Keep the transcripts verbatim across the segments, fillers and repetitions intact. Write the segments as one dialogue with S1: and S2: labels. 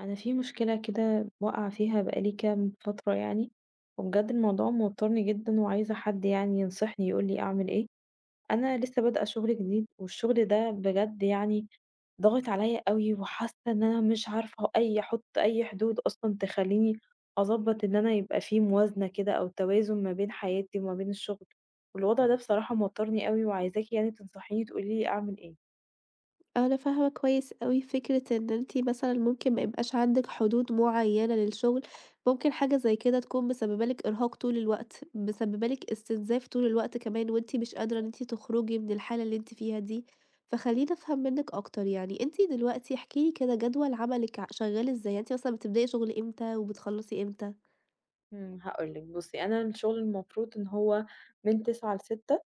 S1: انا في مشكله كده واقعه فيها بقالي كام فتره يعني، وبجد الموضوع موترني جدا وعايزه حد يعني ينصحني يقول لي اعمل ايه. انا لسه بادئه شغل جديد، والشغل ده بجد يعني ضاغط عليا قوي، وحاسه ان انا مش عارفه اي احط اي حدود اصلا تخليني اظبط ان انا يبقى في موازنه كده او توازن ما بين حياتي وما بين الشغل. والوضع ده بصراحه موترني قوي، وعايزاكي يعني تنصحيني تقولي لي اعمل ايه.
S2: آه، أنا فاهمة كويس أوي فكرة إن أنتِ مثلًا ممكن ما يبقاش عندِك حدود معيّنة للشغل، ممكن حاجة زي كده تكون مسببة لِك إرهاق طول الوقت، مسببة لِك استنزاف طول الوقت كمان، وأنتِ مش قادرة إن أنتِ تخرجي من الحالة اللي أنتِ فيها دي. فخلّيني أفهم منِّك أكتر، يعني أنتِ دلوقتي احكي لي كده جدول عملِك ع شغال إزاي؟ يعني أنتِ مثلًا بتبدئي شغل إمتى وبتخلّصي إمتى؟
S1: إمم، هاقول لِك بُصّي، أنا الشغل المفروض إن هو من تسعة ل18:00.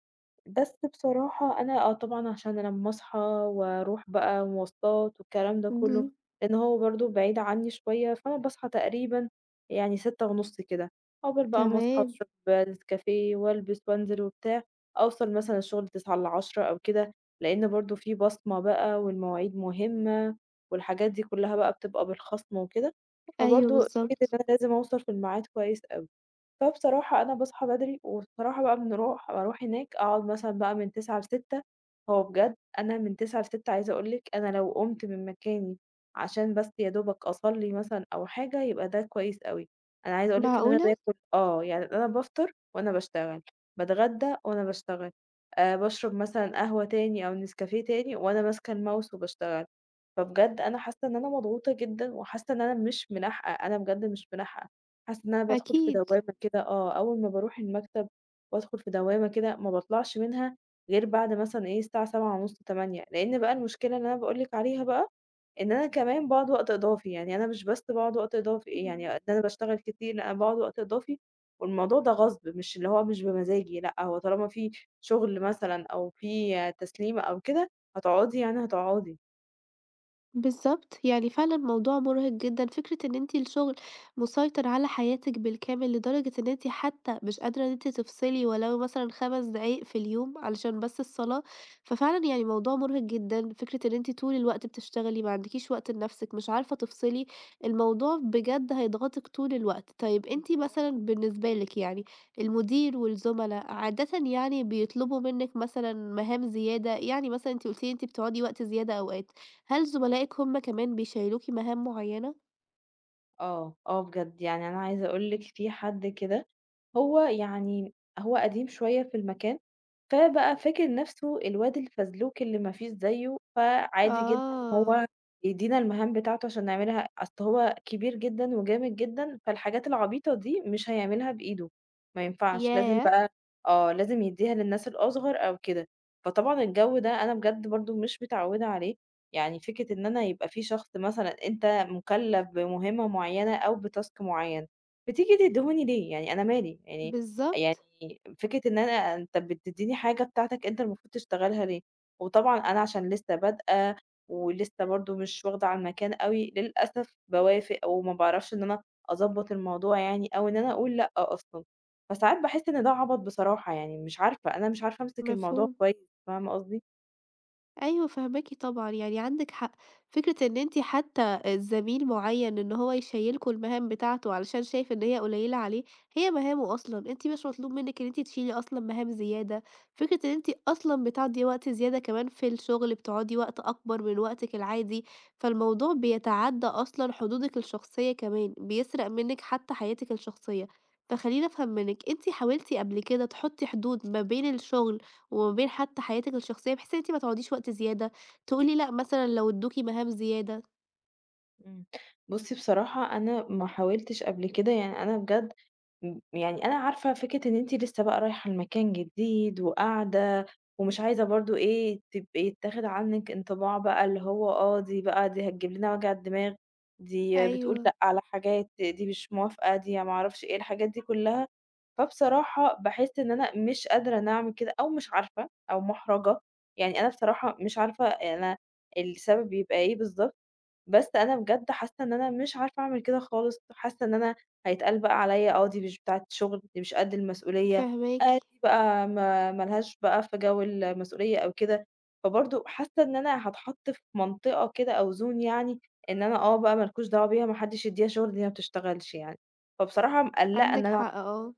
S1: بس بصراحة أنا آه طبعًا عشان أنا أمّا أصحى وأروح بقى مواصلات والكلام ده
S2: اهم،
S1: كلّه، لإن هو برضه بعيد عني شوية، فأنا باصحى تقريبًا يعني ستة ونص كده، عقبال بقى أمّا أصحى
S2: تمام،
S1: وأشرب نسكافيه وألبس وأنزل وبتاع، أوصل مثلًا الشغل تسعة ل10:00 أو كده، لإن برضه في بصمة بقى والمواعيد مهمة والحاجات دي كلّها بقى بتبقى بالخصم وكده،
S2: أيوه
S1: فبرضه فكرة
S2: بالضبط،
S1: إن أنا لازم أوصل في الميعاد كويس أوي. فبصراحة أنا باصحى بدري، وبصراحة بقى بنروح باروح هناك أقعد مثلًا بقى من تسعة ل18:00. هو بجد أنا من تسعة ل18:00 عايزة أقول لِك أنا لو قُمت من مكاني عشان بس يا دوبك أصلّي مثلًا أو حاجة يبقى ده كويس أوي، أنا عايزة أقول لِك إن أنا
S2: معقولة!
S1: باكل آه، يعني أنا بافطر وأنا باشتغل، باتغدى وأنا باشتغل، آآ باشرب مثلًا قهوة تاني أو نسكافيه تاني وأنا ماسكة الماوس وباشتغل. فبجد أنا حاسة إن أنا مضغوطة جدًا، وحاسة إن أنا مش مِنَحّقة، أنا بجد مش مِنَحّقة، حاسة إن أنا بادخل في
S2: أكيد.
S1: دوامة كده آه، أول ما باروح المكتب وأدخل في دوامة كده ما باطلعش منها غير بعد مثلًا إيه الساعة سبعة ونص، تمانية. لأن بقى المشكلة اللي أنا باقول لِك عليها بقى، إن أنا كمان باقعد وقت إضافي، يعني أنا مش بس باقعد وقت إضافي يعني
S2: إمم.
S1: إن أنا باشتغل كتير، لأ، أنا باقعد وقت إضافي والموضوع ده غصب مش اللي هو مش بمزاجي، لأ، هو طالما في شغل مثلًا أو في تسليمة أو كده هتقعدي يعني هتقعدي.
S2: بالضبط، يعني فعلًا موضوع مُرهق جدًا، فكرة إن أنتِ الشغل مسيطر على حياتِك بالكامل، لدرجة إن أنتِ حتى مش قادرة إن أنتِ تفصلي ولو مثلًا خمس دقايق في اليوم علشان بس الصلاة، ففعلًا يعني موضوع مُرهق جدًا، فكرة إن أنتِ طول الوقت بتشتغلي، ما عندكيش وقت لنفسِك، مش عارفة تفصلي، الموضوع بجد هيضغطِك طول الوقت. طيب أنتِ مثلًا بالنسبة لِك يعني المدير والزملا عادةً يعني بيطلبوا منِّك مثلًا مهام زيادة، يعني مثلًا أنتِ قُلتِ لي أنتِ بتقعدي وقت زيادة أوقات. هل زملائِك هم كمان بيشيّلوكِ مهام معيّنة؟
S1: آه، آه بجد، يعني أنا عايزة أقول لِك في حد كده هو يعني هو قديم شوية في المكان، فبقى فاكر نَفْسه الواد الفزلوك اللي ما فيش زيه، فعادي جدًا إن
S2: آه،
S1: هو يدّينا المهام بتاعته عشان نعملها، أصل هو كبير جدًا وجامد جدًا، فالحاجات العبيطة دي مش هيعملها بإيده، ما ينفعش لازم
S2: ياه!
S1: بقى آه، لازم يدّيها للناس الأصغر أو كده، فطبعًا الجو ده أنا بجد برضه مش متعوّدة عليه، يعني فكرة إن أنا يبقى في شخص مثلًا أنت مُكلّف بمهمة معيّنة أو بtask معيّن بتيجي تديهوني ليه؟ يعني أنا مالي؟ يعني يعني
S2: بالضبط،
S1: فكرة إن أنا أنت بتدّيني حاجة بتاعتك أنت المفروض تشتغلها ليه؟ وطبعًا أنا عشان لسه بادئة، ولسه برضه مش واخدة على المكان أوي، للأسف باوافق وما باعرفش إن أنا أضبّط الموضوع يعني أو إن أنا أقول لأ أصلًا، فساعات باحس إن ده عَبَط بصراحة يعني، مش عارفة، أنا مش عارفة أمسك الموضوع
S2: مفهوم.
S1: كويس، فاهمة قصدي؟
S2: أيوه فاهماكِ طبعًا، يعني عندِك حق، فكرة إن أنتِ حتى زميل معيّن إن هو يشيّلكم المهام بتاعته علشان شايف إن هي قليّلة عليه، هي مهامه أصلًا، أنتِ مش مطلوب منِّك إن أنتِ تشيلي أصلًا مهام زيادة، فكرة إن أنتِ أصلًا بتقضّي وقت زيادة كمان في الشغل، بتقعدي وقت أكبر من وقتِك العادي، فالموضوع بيتعدّى أصلًا حدودِك الشخصية كمان، بيسرق منِّك حتى حياتِك الشخصية، فخلّيني أفهم منِّك، أنتِ حاولتِ قبل كده تحطّي حدود ما بين الشغل وما بين حتى حياتِك الشخصية، بحيث إن أنتِ ما تقعديش وقت زيادة، تقولي لأ مثلًا لو ادوكِ مهام زيادة.
S1: إمم. بُصّي بصراحة أنا ما حاولتش قبل كده، يعني أنا بجد م يعني أنا عارفة فكرة إن أنتِ لسه بقى رايحة المكان جديد وقاعدة، ومش عايزة برضه إيه، تبقي يتاخد عنِّك انطباع بقى اللي هو آه، دي بقى دي هتجيب لنا وجع الدماغ، دي بتقول
S2: أيوه،
S1: لأ على حاجات، دي مش موافقة، دي ما أعرفش إيه، الحاجات دي كلّها. فبصراحة باحس إن أنا مش قادرة إن أعمل كده أو مش عارفة أو مُحرَجة، يعني أنا بصراحة مش عارفة أنا السبب بيبقى إيه بالضبط. بس أنا بجد حاسة إن أنا مش عارفة أعمل كده خالص، حاسة إن أنا هيتقال بقى عليّا آه دي مش بتاعة شغل، دي مش قد المسؤولية،
S2: فاهماكِ،
S1: آه دي بقى ما ما لهاش بقى في جو المسؤولية أو كده، فبرضه حاسة إن أنا هاتحط في منطقة كده أو zone يعني إن أنا آه بقى ما لكوش دعوة بيها، ما حدش يدّيها شغل، دي ما بتشتغلش يعني، فبصراحة مقلّقة إن
S2: عندِك
S1: أنا
S2: حق
S1: أعمل.
S2: آه.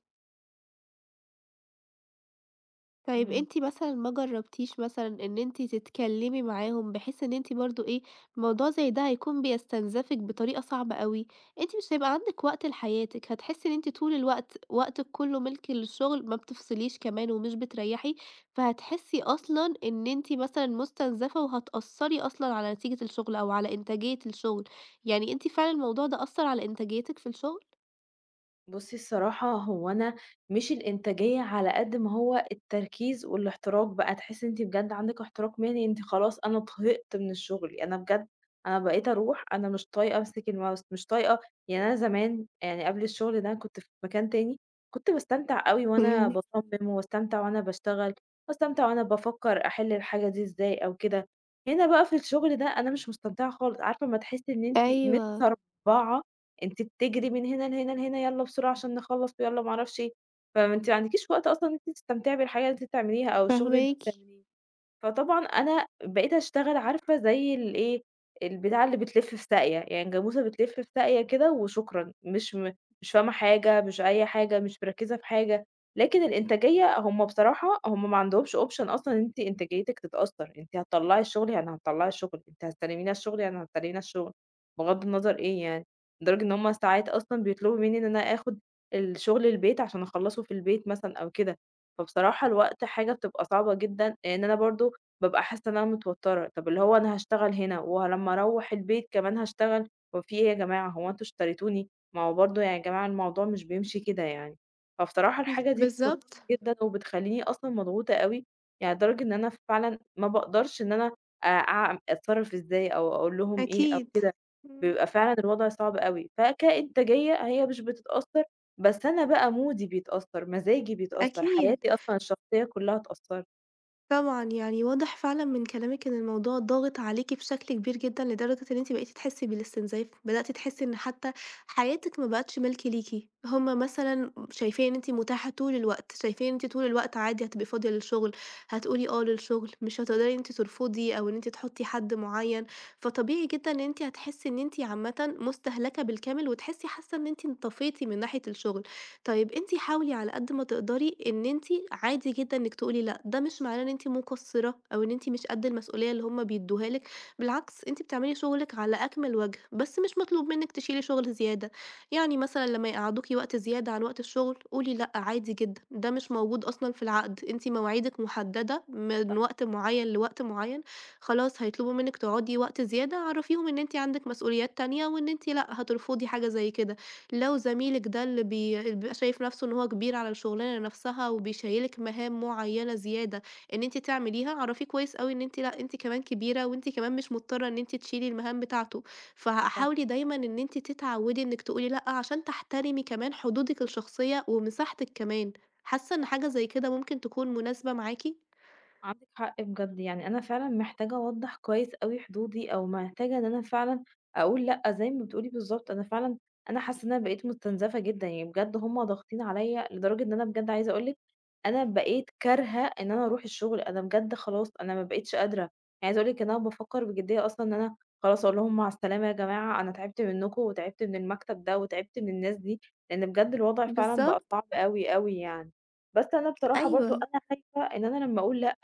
S2: طيب
S1: إمم.
S2: أنتِ مثلًا ما جرّبتيش مثلًا إن أنتِ تتكلّمي معاهم، بحيث إن أنتِ برضه إيه، موضوع زي ده هيكون بيستنزفِك بطريقة صعبة أوي، أنتِ مش هيبقى عندِك وقت لحياتِك، هتحسّي إن أنتِ طول الوقت وقتِك كلّه مِلْك للشغل، ما بتفصليش كمان ومش بتريّحي، فهتحسّي أصلًا إن أنتِ مثلًا مستنزفة وهتأثّري أصلًا على نتيجة الشغل أو على إنتاجية الشغل، يعني أنتِ فعلًا الموضوع ده أثّر على إنتاجيتِك في الشغل؟
S1: بُصّي الصراحة هو أنا مش الإنتاجية على قد ما هو التركيز والاحتراق بقى، تحسّي إن أنتِ بجد عندِك احتراق مهني، أنتِ خلاص أنا طهقت من الشغل، أنا بجد أنا بقيت أروح أنا مش طايقة أمسك الماوس، مش طايقة يعني أنا زمان يعني قبل الشغل ده كنت في مكان تاني، كنت باستمتع أوي وأنا
S2: إمم،
S1: باصمم واستمتع وأنا باشتغل، واستمتع وأنا بافكّر أحل الحاجة دي إزاي أو كده، هنا بقى في الشغل ده أنا مش مستمتعة خالص، عارفة أمّا تحسّي إن أنتِ
S2: أيوه،
S1: متسربعة أنتِ بتجري من هنا لهنا لهنا، يالّا بسرعة عشان نخلّص ويالّا ما أعرفش إيه، فأنتِ ما عندكيش وقت أصلًا إن أنتِ تستمتعي بالحاجة اللي أنتِ بتعمليها أو الشغل اللي أنتِ
S2: فاهماكِ،
S1: بتعمليه. فطبعًا أنا بقيت أشتغل عارفة زي الإيه، البتاعة اللي بتلِف في ساقية، يعني جاموسة بتلِف في ساقية كده وشكرًا، مش م مش فاهمة حاجة، مش أي حاجة، مش مركّزة في حاجة، لكن الإنتاجية هم بصراحة هم ما عندهمش option أصلًا إن أنتِ إنتاجيتِك تتأثّر، أنتِ هتطلّعي الشغل يعني هتطلّعي الشغل، أنتِ هتستلمينا الشغل يعني هتستلمينا الشغل، بغض النظر إيه يعني، لدرجة إن هم ساعات أصلًا بيطلبوا منّي إن أنا آخُد الشغل البيت عشان أخلّصه في البيت مثلًا أو كده، فبصراحة الوقت حاجة بتبقى صعبة جدًا، لإن أنا برضه بابقى حاسة إن أنا متوترة، طب اللي هو أنا هاشتغل هنا ولمّا أروّح البيت كمان هاشتغل، هو في إيه يا جماعة هو أنتم اشتريتوني؟ ما هو برضه يعني يا جماعة الموضوع مش بيمشي كده يعني، فبصراحة الحاجة دي
S2: بالضبط،
S1: بتوترني جدًا وبتخلّيني أصلًا مضغوطة أوي، يعني لدرجة إن أنا فعلًا ما باقدرش إن أنا أ أع أتصرّف إزاي أو أقول لهم إيه أو
S2: أكيد.
S1: كده،
S2: إمم.
S1: بيبقى فعلًا الوضع صعب أوي، فكإنتاجية هي مش بتتأثّر، بس أنا بقى مودي بيتأثّر، مزاجي بيتأثّر،
S2: أكيد
S1: حياتي أصلًا الشخصية كلّها اتأثّرت،
S2: طبعًا، يعني واضح فعلًا من كلامِك إن الموضوع ضاغط عليكِ بشكل كبير جدًا، لدرجة إن أنتِ بقيتِ تحسي بالاستنزاف، بدأتِ تحسي إن حتى حياتِك ما بقتش ملك ليكِ، هُم مثلًا شايفين إن أنتِ متاحة طول الوقت، شايفين إن أنتِ طول الوقت عادي هتبقي فاضية للشغل، هتقولي آه للشغل، مش هتقدري إن أنتِ ترفضي أو إن أنتِ تحطي حد معين، فطبيعي جدًا إن أنتِ هتحسي إن أنتِ عامةً مستهلكة بالكامل، وتحسي حاسة إن أنتِ انطفيتِ من ناحية الشغل. طيب أنتِ حاولي على قد ما تقدري إن أنتِ عادي جدًا إنِّك تقولي لأ، ده مش معناه إن أنتِ مقصّرة أو إن أنتِ مش قد المسؤولية اللي هُم بيدّوها لِك، بالعكس أنتِ بتعملي شغلِك على أكمل وجه، بس مش مطلوب منِّك تشيلي شغل زيادة، يعني مثلًا لمّا يقعّدوكِ وقت زيادة عن وقت الشغل، قولي لأ عادي جدًا، ده مش موجود أصلًا في العقد، أنتِ مواعيدِك محددة من وقت معيّن لوقت معيّن، خلاص هيطلبوا منِّك تقعدي وقت زيادة عرّفيهم إن أنتِ عندِك مسؤوليات تانية وإن أنتِ لأ، هترفضي حاجة زي كده. لو زميلِك ده اللي بي اللي بيبقى شايف نفسه إن هو كبير على الشغلانة نفسها، وبيشيّلِك مهام معيّنة زيادة إن أنتِ تعمليها، اعرفيه كويس أوي إن أنتِ لأ، أنتِ كمان كبيرة، وأنتِ كمان مش مضطرة إن أنتِ تشيلي المهام بتاعته،
S1: صح.
S2: فحاولي دايمًا إن أنتِ تتعودي إنِك تقولي لأ، عشان تحترمي كمان حدودِك الشخصية ومساحتِك كمان، حاسة إن حاجة زي كده ممكن تكون مناسبة معاكِ؟
S1: عندِك حق بجد، يعني أنا فعلًا محتاجة أوضّح كويس أوي حدودي أو محتاجة إن أنا فعلًا أقول لأ، زي ما بتقولي بالضبط، أنا فعلًا أنا حاسة إن أنا بقيت مستنزفة جدًا، يعني بجد هُم ضاغطين عليَّ لدرجة إن أنا بجد عايزة أقول لِك أنا بقيت كارهة إن أنا أروح الشغل، أنا بجد خلاص أنا ما بقيتش قادرة، يعني عايزة أقول لِك إن أنا بافكر بجدية أصلًا إن أنا خلاص أقول لهم مع السلامة يا جماعة، أنا تعبت منكم وتعبت من المكتب ده وتعبت من الناس دي، لأن بجد الوضع فعلًا بقى
S2: بالضبط،
S1: صعب أوي، أوي يعني. بس أنا بصراحة برضه
S2: أيوه.
S1: أنا خايفة إن أنا لمّا أقول لأ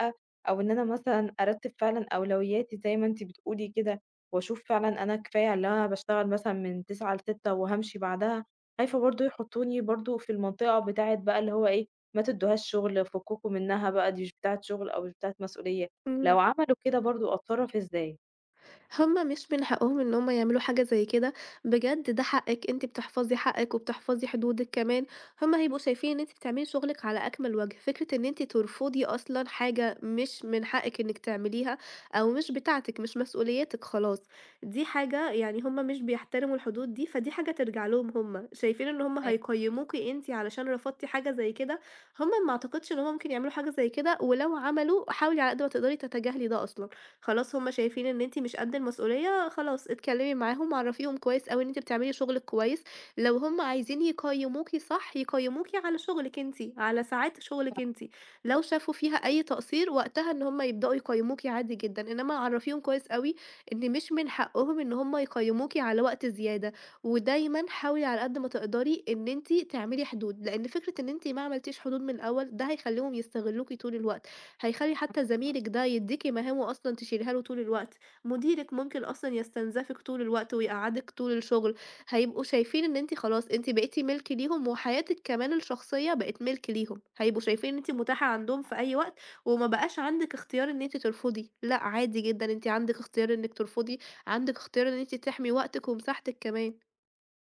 S1: أو إن أنا مثلًا أرتّب فعلًا أولوياتي زي ما أنتِ بتقولي كده، وأشوف فعلًا أنا كفاية على اللي أنا باشتغل مثلًا من تسعة ل18:00 وهامشي بعدها، خايفة برضه يحطّوني برضه في المنطقة بتاعة بقى اللي هو إيه، ما تدّوهاش شغل، فكّكم منها بقى دي مش بتاعة شغل أو مش بتاعة مسؤولية، لو
S2: إمم.
S1: عملوا كده برضه أتصرّف إزاي؟
S2: هُم مش من حقهم إن هُم يعملوا حاجة زي كده، بجد ده حقِّك، أنتِ بتحفظي حقِّك وبتحفظي حدودِك كمان، هُم هيبقوا شايفين إن أنتِ بتعملي شغلِك على أكمل وجه، فكرة إن أنتِ ترفضي أصلًا حاجة مش من حقِّك إنِّك تعمليها أو مش بتاعتِك، مش مسؤوليتِك خلاص، دي حاجة يعني هُم مش بيحترموا الحدود دي، فدي حاجة ترجع لهم هُم، شايفين إن هُم
S1: أيوه،
S2: هيقيّموكِ أنتِ علشان رفضتِ حاجة زي كده، هُم ما أعتقدش إن هُم ممكن يعملوا حاجة زي كده، ولو عملوا حاولي على قد ما تقدري تتجاهلي ده أصلًا. خلاص هُم شايفين إن أنتِ مش قد المسؤولية، خلاص اتكلمي معاهم، عرّفيهم كويس أوي إن أنتِ بتعملي شغلِك كويس، لو هُم عايزين يقيّموكِ صح، يقيّموكِ على شغلِك أنتِ، على ساعات شغلِك أنتِ، لو شافوا فيها أي تقصير وقتها إن هُم يبدؤوا يقيّموكِ عادي جدًا، إنما عرّفيهم كويس أوي إن مش من حقهم إن هُم يقيّموكِ على وقت زيادة، ودايمًا حاولي على قد ما تقدري إن أنتِ تعملي حدود، لإن فكرة إن أنتِ ما عملتيش حدود من الأول ده هيخلّيهم يستغلوكِ طول الوقت. هيخلّي حتى زميلِك ده يدّيكِ مهامه أصلًا تشيليها له طول الوقت، مديرِك ممكن أصلًا يستنزفِك طول الوقت ويقعّدِك طول الشغل، هيبقوا شايفين إن أنتِ خلاص أنتِ بقيتِ مِلْك ليهم، وحياتِك كمان الشخصية بقت مِلْك ليهم، هيبقوا شايفين إن أنتِ متاحة
S1: عندِك
S2: عندهم في
S1: حق.
S2: أي وقت، وما بقاش عندِك اختيار إن أنتِ ترفضي، لأ عادي جدًا أنتِ عندِك اختيار إنِّك ترفضي، عندِك اختيار إن أنتِ تحمي وقتِك ومساحتِك كمان.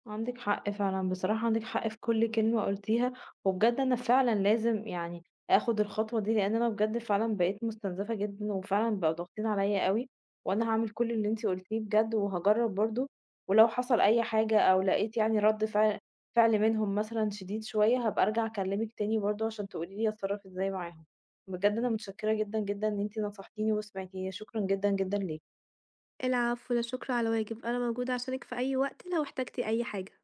S1: عندِك حق فعلًا، بصراحة عندِك حق في كل كلمة قُلتيها، وبجد أنا فعلًا لازم يعني آخُد الخطوة دي، لإن أنا بجد فعلًا بقيت مُستنزفة جدًا، وفعلًا بقوا ضاغطين عليَّ أوي، وأنا هاعمل كل اللي أنتِ قُلتيه بجد، وهاجرّب برضه، ولو حصل أي حاجة أو لقيت يعني رَد فعل فعل منهم مثلًا شديد شوية، هابقى أرجع أكلمِك تاني برضه عشان تقولي لي أتصرّف إزاي معاهم. بجد أنا متشكرة جدًا، جدًا إن أنتِ نصحتيني وسمعتيني، شكرًا جدًا، جدًا ليكِ.
S2: العفو، لا شكر على واجب، أنا موجودة عشانِك في أي وقت لو احتجتِ أي حاجة.